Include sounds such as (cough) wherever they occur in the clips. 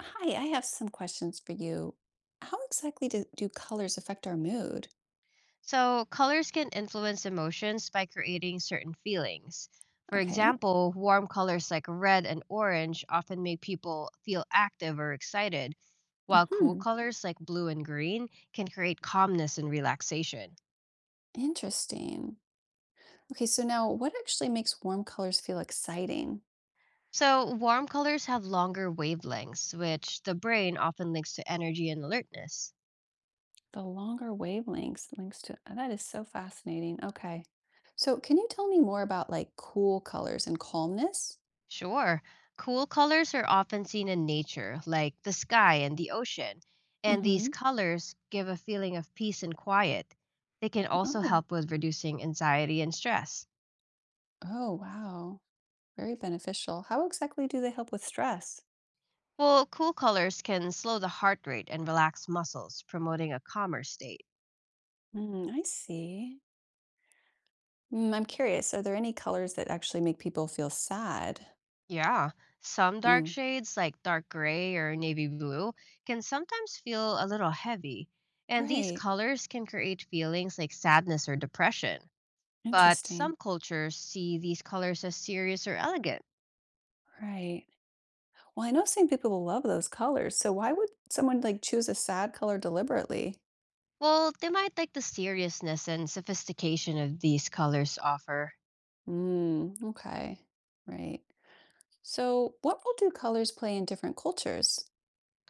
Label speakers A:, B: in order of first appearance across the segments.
A: Hi, I have some questions for you. How exactly do colors affect our mood?
B: So, colors can influence emotions by creating certain feelings. For
A: Okay.
B: example, warm colors like red and orange often make people feel active or excited, while cool
A: Hmm.
B: colors like blue and green can create calmness and relaxation.
A: Interesting. Okay, so now what actually makes warm colors feel exciting?
B: So, warm colors have longer wavelengths, which the brain often links to energy and alertness.
A: The longer wavelengths links to that is so fascinating. Okay. So can you tell me more about like cool colors and calmness?
B: Sure. Cool colors are often seen in nature, like the sky and the ocean, and these
A: Mm-hmm.
B: colors give a feeling of peace and quiet. They can also
A: Oh,
B: help with reducing anxiety and stress.
A: oh, wow. Very beneficial. How exactly do they help with stress?
B: Well, cool colors can slow the heart rate and relax muscles, promoting a calmer state.
A: Mm, I see. Mm, I'm curious, are there any colors that actually make people feel sad?
B: Yeah, some dark
A: Mm,
B: shades, like dark gray or navy blue, can sometimes feel a little heavy, and these
A: right.
B: colors can create feelings like sadness or depression. But
A: Interesting.
B: some cultures see these colors as serious or elegant.
A: Right. Well, I know some people will love those colors. So why would someone like choose a sad color deliberately?
B: Well, they might like the seriousness and sophistication of these colors offer.
A: Mm, okay. Right. So what role do colors play in different cultures?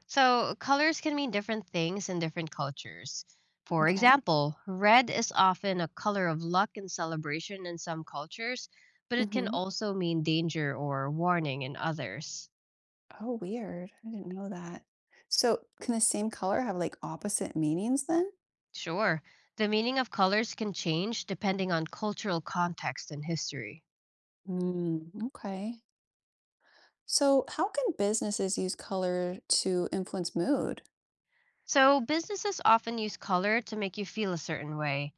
B: So, colors can mean different things in different cultures. For
A: Okay.
B: example, red is often a color of luck and celebration in some cultures, but it can
A: Mm-hmm.
B: also mean danger or warning in others.
A: Oh, weird. I didn't know that. So can the same color have like opposite meanings then?
B: Sure, the meaning of colors can change depending on cultural context and history.
A: Mm, okay. So, how can businesses use color to influence mood?
B: So, businesses often use color to make you feel a certain way.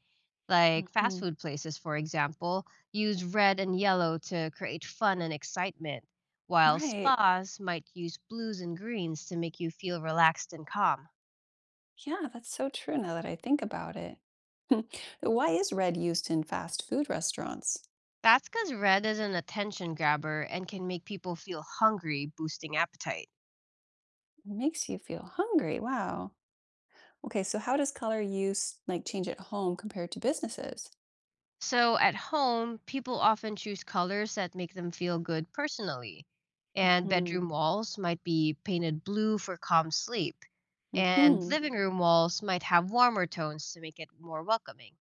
B: Like fast
A: Hmm.
B: food places, for example, use red and yellow to create fun and excitement, while
A: Right.
B: spas might use blues and greens to make you feel relaxed and calm.
A: Yeah, that's so true now that I think about it. (laughs) Why is red used in fast food restaurants?
B: That's because red is an attention grabber and can make people feel hungry, boosting appetite.
A: It makes you feel hungry. Wow. Okay, so how does color use like change at home compared to businesses?
B: So at home, people often choose colors that make them feel good personally. And
A: Hmm.
B: bedroom walls might be painted blue for calm sleep. And
A: Hmm.
B: living room walls might have warmer tones to make it more welcoming.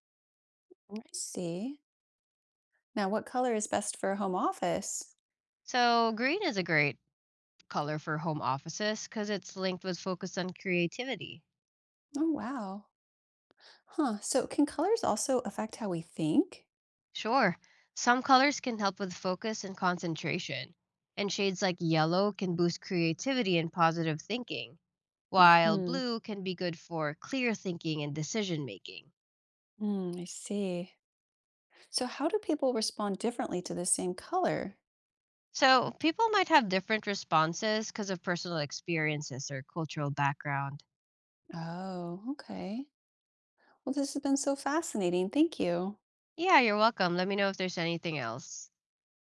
A: I see. Now, what color is best for a home office?
B: So green is a great color for home offices because it's linked with focus on creativity.
A: Oh, wow. Huh. So, can colors also affect how we think?
B: Sure. Some colors can help with focus and concentration, and shades like yellow can boost creativity and positive thinking, while
A: Hmm.
B: blue can be good for clear thinking and decision making.
A: Mm, I see. So, how do people respond differently to the same color?
B: So, people might have different responses because of personal experiences or cultural background.
A: Oh, okay. Well, this has been so fascinating. Thank you.
B: Yeah, you're welcome. Let me know if there's anything else.